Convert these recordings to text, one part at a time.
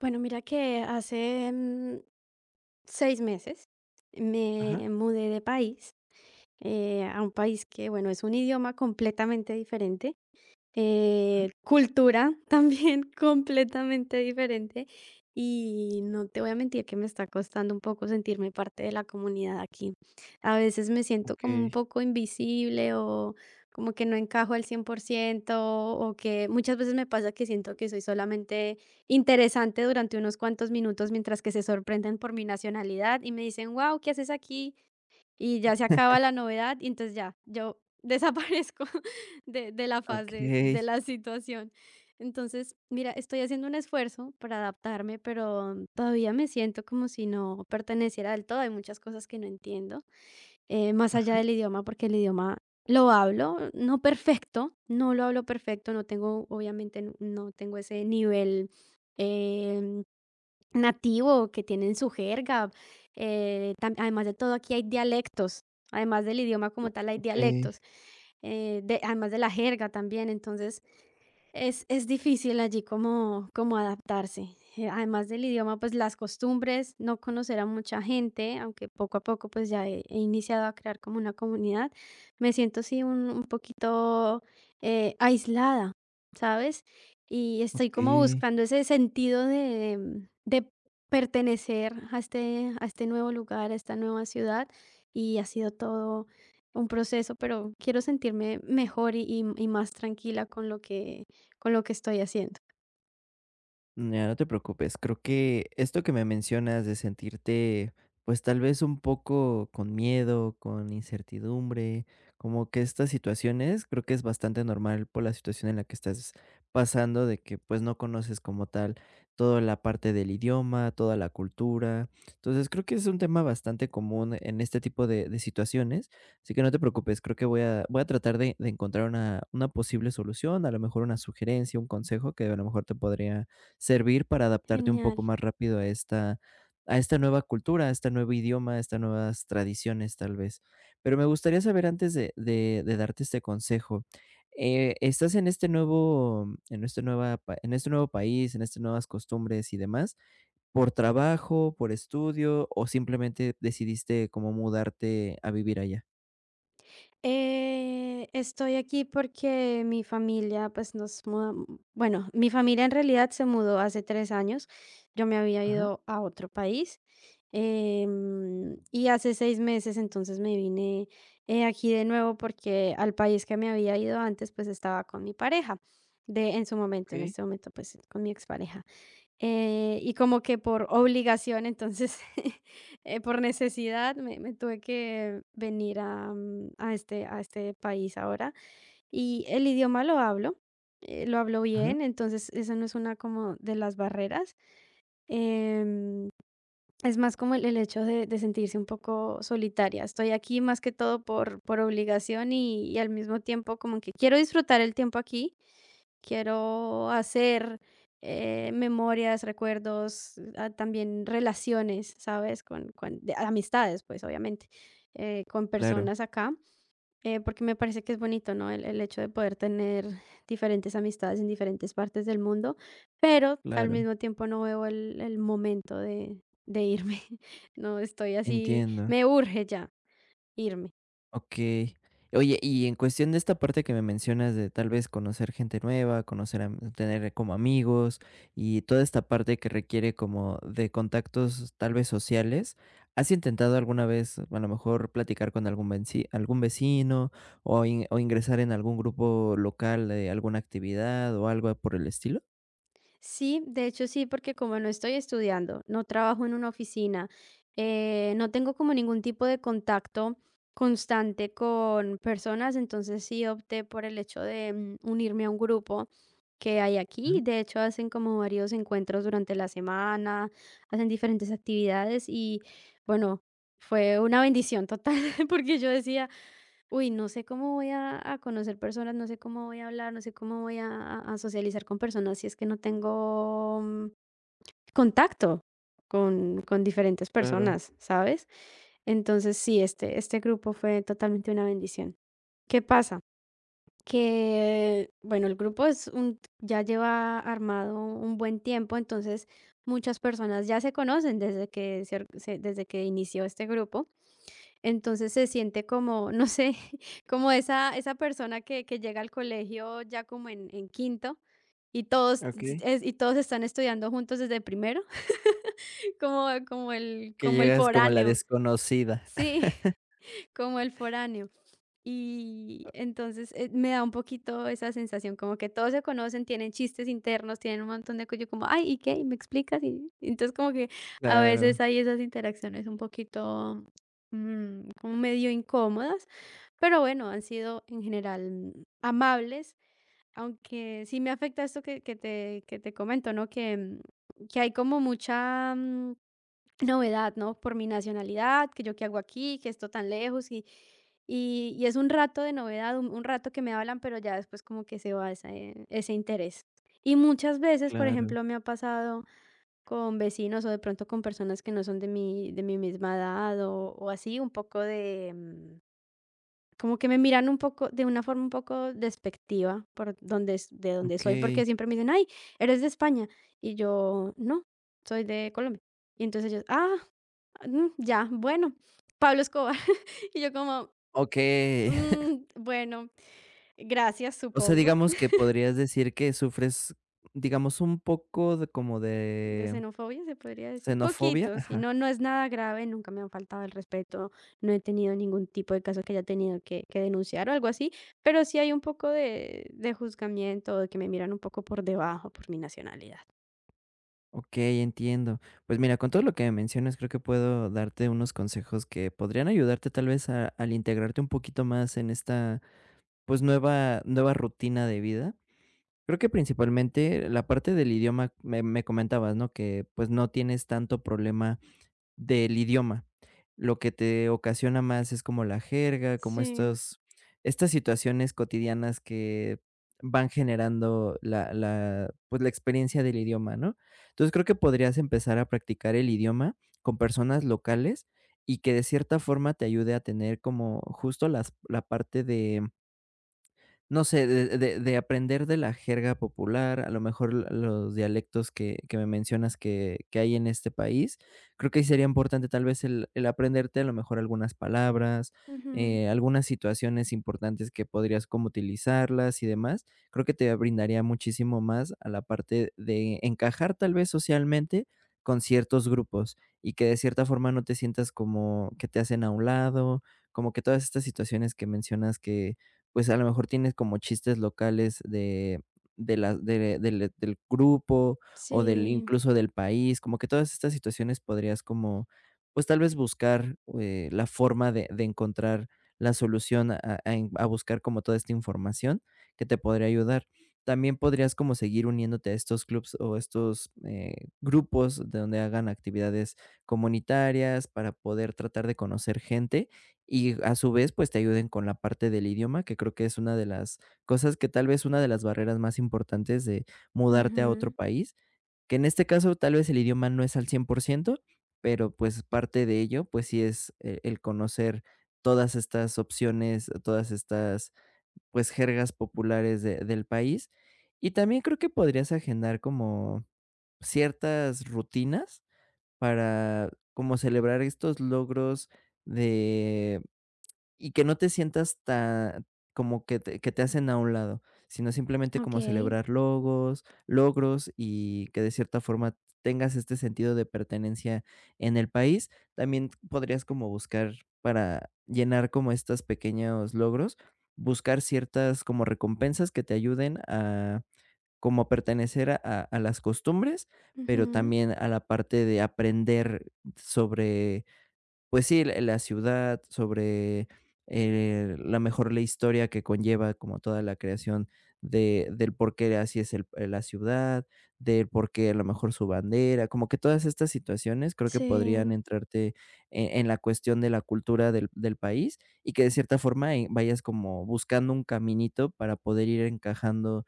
Bueno, mira que hace 6 meses me Ajá, mudé de país, a un país que, bueno, es un idioma completamente diferente, cultura también completamente diferente y no te voy a mentir que me está costando un poco sentirme parte de la comunidad aquí. A veces me siento como un okey, poco invisible o como que no encajo al 100% o que muchas veces me pasa que siento que soy solamente interesante durante unos cuantos minutos mientras que se sorprenden por mi nacionalidad y me dicen, wow, ¿qué haces aquí? Y ya se acaba la novedad y entonces ya, yo desaparezco de la faz de, okey, de la situación. Entonces, mira, estoy haciendo un esfuerzo para adaptarme, pero todavía me siento como si no perteneciera del todo. Hay muchas cosas que no entiendo, más allá ajá, del idioma, porque el idioma lo hablo, no perfecto, no lo hablo perfecto, no tengo, obviamente, no tengo ese nivel eh, nativo, que tienen su jerga. Además de todo, aquí hay dialectos. Además del idioma como tal, hay dialectos. okey, Además de la jerga también. Entonces, es difícil allí como adaptarse. Además del idioma, pues las costumbres, no conocer a mucha gente, aunque poco a poco pues ya he iniciado a crear como una comunidad, me siento sí un poquito aislada, ¿sabes? Y estoy como okey. buscando ese sentido de pertenecer a este nuevo lugar, a esta nueva ciudad. Y ha sido todo un proceso, pero quiero sentirme mejor y más tranquila con lo que estoy haciendo. Ya, no te preocupes. Creo que esto que me mencionas de sentirte, pues tal vez un poco con miedo, con incertidumbre, como que estas situaciones, creo que es bastante normal por la situación en la que estás pasando, de que pues no conoces como tal toda la parte del idioma, toda la cultura. Entonces creo que es un tema bastante común en este tipo de situaciones. Así que no te preocupes, creo que voy a tratar de encontrar una posible solución, a lo mejor una sugerencia, un consejo que a lo mejor te podría servir para adaptarte un Genial. poco más rápido a esta nueva cultura, a este nuevo idioma, a estas nuevas tradiciones, tal vez. Pero me gustaría saber antes de darte este consejo, estás en este nuevo en este nueva pa en este nuevo país, en estas nuevas costumbres y demás, ¿por trabajo, por estudio o simplemente decidiste como mudarte a vivir allá? Estoy aquí porque mi familia, pues nos mudamos, bueno, mi familia en realidad se mudó hace 3 años. Yo me había Ajá. ido a otro país, y hace 6 meses entonces me vine aquí de nuevo porque al país que me había ido antes pues estaba con mi pareja de en su momento, en Okey. este momento pues con mi expareja. Y como que por obligación, entonces, por necesidad, me tuve que venir a este país ahora. Y el idioma lo hablo Ajá. bien, entonces eso no es una como de las barreras. Em, es más como el hecho de sentirse un poco solitaria. Estoy aquí más que todo por obligación y al mismo tiempo como que quiero disfrutar el tiempo aquí. Quiero hacer, memorias, recuerdos, ah, también relaciones, ¿sabes? Con de amistades, pues obviamente, con Claro, personas acá, porque me parece que es bonito, ¿no? El hecho de poder tener diferentes amistades en diferentes partes del mundo, pero al claro. mismo tiempo no veo el momento de irme, no estoy así, Entiendo. me urge ya irme. Okey. Oye, y en cuestión de esta parte que me mencionas de tal vez conocer gente nueva, conocer am tener como amigos y toda esta parte que requiere como de contactos tal vez sociales, ¿has intentado alguna vez, a lo mejor, platicar con algún venci algún vecino o in o ingresar en algún grupo local de alguna actividad o algo por el estilo? Sí, de hecho sí, porque como no estoy estudiando, no trabajo en una oficina, no tengo como ningún tipo de contacto constante con personas, entonces sí opté por el hecho de unirme a un grupo que hay aquí. Ujú, De hecho, hacen como varios encuentros durante la semana, hacen diferentes actividades y bueno, fue una bendición total porque yo decía, uy, no sé cómo voy a conocer personas, no sé cómo voy a hablar, no sé cómo voy a socializar con personas si es que no tengo contacto con diferentes claro, personas, ¿sabes? Entonces, sí, este grupo fue totalmente una bendición. ¿Qué pasa? Que, bueno, el grupo ya lleva armado un buen tiempo, entonces muchas personas ya se conocen desde que inició este grupo. Entonces se siente como, no sé, como esa persona que llega al colegio ya como en quinto y todos, okey. y todos están estudiando juntos desde primero, como, como el, Que como el llegas como la foráneo. desconocida. Sí, como el foráneo. Y entonces, me da un poquito esa sensación, como que todos se conocen, tienen chistes internos, tienen un montón de cosas, yo como, ay, ¿y qué? ¿Y me explicas? Y entonces como que a Claro. veces hay esas interacciones un poquito, como medio incómodas, pero bueno, han sido en general, amables, aunque sí me afecta esto que te comento, ¿no? Que hay como mucha, novedad, ¿no? Por mi nacionalidad, que yo qué hago aquí, que esto tan lejos y es un rato de novedad, un rato que me hablan, pero ya después como que se va ese interés. Y muchas veces, por Claro. ejemplo, me ha pasado con vecinos o de pronto con personas que no son de mi misma edad o así, un poco de, como que me miran un poco, de una forma un poco despectiva por de donde soy, porque Okey, siempre me dicen, ay, eres de España. Y yo, no, soy de Colombia. Y entonces ellos, ah, mm, ya, bueno, Pablo Escobar. Y yo como, okey. Bueno, gracias, O sea, supongo. digamos que podrías decir que sufres, digamos, un poco de como De de xenofobia se podría decir, xenofobia. poquito, sí, Ajá. no, no es nada grave, nunca me han faltado el respeto, no he tenido ningún tipo de caso que haya tenido que denunciar o algo así, pero sí hay un poco de juzgamiento, de que me miran un poco por debajo por mi nacionalidad. Okey, entiendo. Pues mira, con todo lo que me mencionas, creo que puedo darte unos consejos que podrían ayudarte tal vez a al integrarte un poquito más en esta, pues, nueva nueva rutina de vida. Creo que principalmente la parte del idioma me comentabas, ¿no? Que, pues, no tienes tanto problema del idioma. Lo que te ocasiona más es como la jerga, como Sí, estos estas situaciones cotidianas que van generando pues, la experiencia del idioma, ¿no? Entonces, creo que podrías empezar a practicar el idioma con personas locales y que de cierta forma te ayude a tener como justo las la parte de no sé, de aprender de la jerga popular, a lo mejor l los dialectos que me mencionas que hay en este país. Creo que sí sería importante tal vez el aprenderte a lo mejor algunas palabras, ujú, algunas situaciones importantes que podrías como utilizarlas y demás. Creo que te brindaría muchísimo más a la parte de encajar tal vez socialmente con ciertos grupos y que de cierta forma no te sientas como que te hacen a un lado, como que todas estas situaciones que mencionas que pues, a lo mejor tienes como chistes locales de la de del del grupo o del sí, incluso del país, como que todas estas situaciones podrías como, pues, tal vez buscar, la forma de encontrar la solución a en a buscar como toda esta información que te podría ayudar. También podrías como seguir uniéndote a estos clubs o estos, grupos de donde hagan actividades comunitarias para poder tratar de conocer gente y a su vez, pues te ayuden con la parte del idioma, que creo que es una de las cosas que tal vez una de las barreras más importantes de mudarte a otro ujú, país, que en este caso tal vez el idioma no es al 100% pero pues parte de ello, pues sí es e el conocer todas estas opciones, todas estas, pues, jergas populares de del país. Y también creo que podrías agendar como ciertas rutinas para como celebrar estos logros de y que no te sientas tan como que te hacen a un lado, sino simplemente ok, como celebrar logos logros y que de cierta forma tengas este sentido de pertenencia en el país. También podrías como buscar para llenar como estos pequeños logros, buscar ciertas como recompensas que te ayuden a como pertenecer a a las costumbres, pero ujú, también a la parte de aprender sobre pues sí, la ciudad, sobre, la mejor la historia que conlleva como toda la creación de del por qué así es el la ciudad, del por qué a lo mejor su bandera, como que todas estas situaciones creo que podrían sí. entrarte e en la cuestión de la cultura del país, y que de cierta forma, vayas como buscando un caminito para poder ir encajando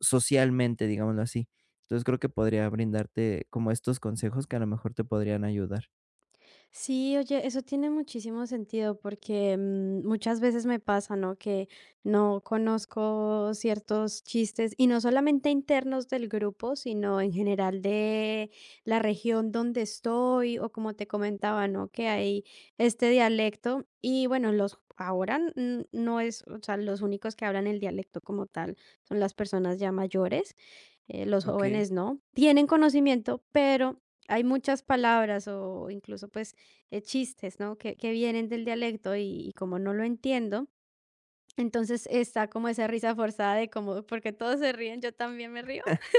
socialmente, digámoslo así. Entonces, creo que podría brindarte como estos consejos que a lo mejor te podrían ayudar. Sí, oye, eso tiene muchísimo sentido porque muchas veces me pasa, ¿no? Que no conozco ciertos chistes y no solamente internos del grupo, sino en general de la región donde estoy o como te comentaba, ¿no? Que hay este dialecto y bueno, los ahora no es, o sea, los únicos que hablan el dialecto como tal son las personas ya mayores. Los Okey, jóvenes no, tienen conocimiento, pero hay muchas palabras o incluso pues chistes, ¿no? Que vienen del dialecto, y como no lo entiendo, entonces está como esa risa forzada de como, porque todos se ríen, yo también me río.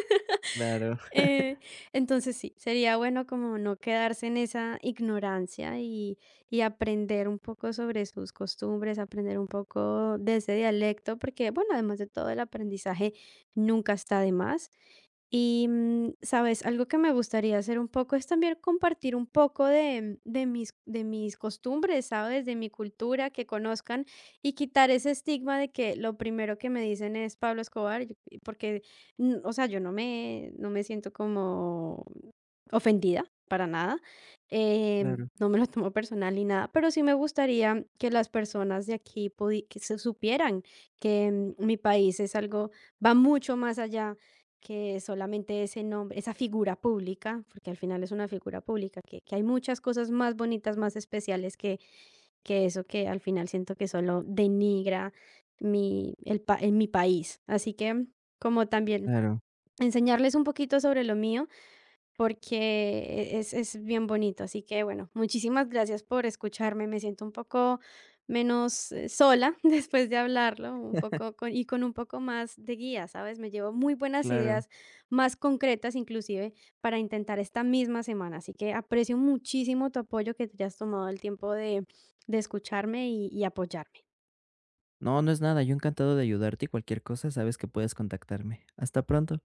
claro. Eh, entonces sí, sería bueno como no quedarse en esa ignorancia, y aprender un poco sobre sus costumbres, aprender un poco de ese dialecto, porque bueno, además de todo el aprendizaje nunca está de más. Y, ¿sabes? Algo que me gustaría hacer un poco es también compartir un poco de mis costumbres, ¿sabes? De mi cultura, que conozcan, y quitar ese estigma de que lo primero que me dicen es Pablo Escobar, porque, o sea, yo no me siento como ofendida para nada, Claro, no me lo tomo personal ni nada, pero sí me gustaría que las personas de aquí que se supieran que, mi país es algo, va mucho más allá que solamente ese nombre, esa figura pública, porque al final es una figura pública, que hay muchas cosas más bonitas, más especiales que eso que al final siento que solo denigra en mi país. Así que como también claro, enseñarles un poquito sobre lo mío porque es bien bonito. Así que bueno, muchísimas gracias por escucharme. Me siento un poco menos, sola después de hablarlo, un poco y con un poco más de guía, ¿sabes? Me llevo muy buenas claro. ideas, más concretas inclusive, para intentar esta misma semana. Así que aprecio muchísimo tu apoyo, que te hayas tomado el tiempo de escucharme y apoyarme. No, no es nada. Yo encantado de ayudarte y cualquier cosa, sabes que puedes contactarme. Hasta pronto.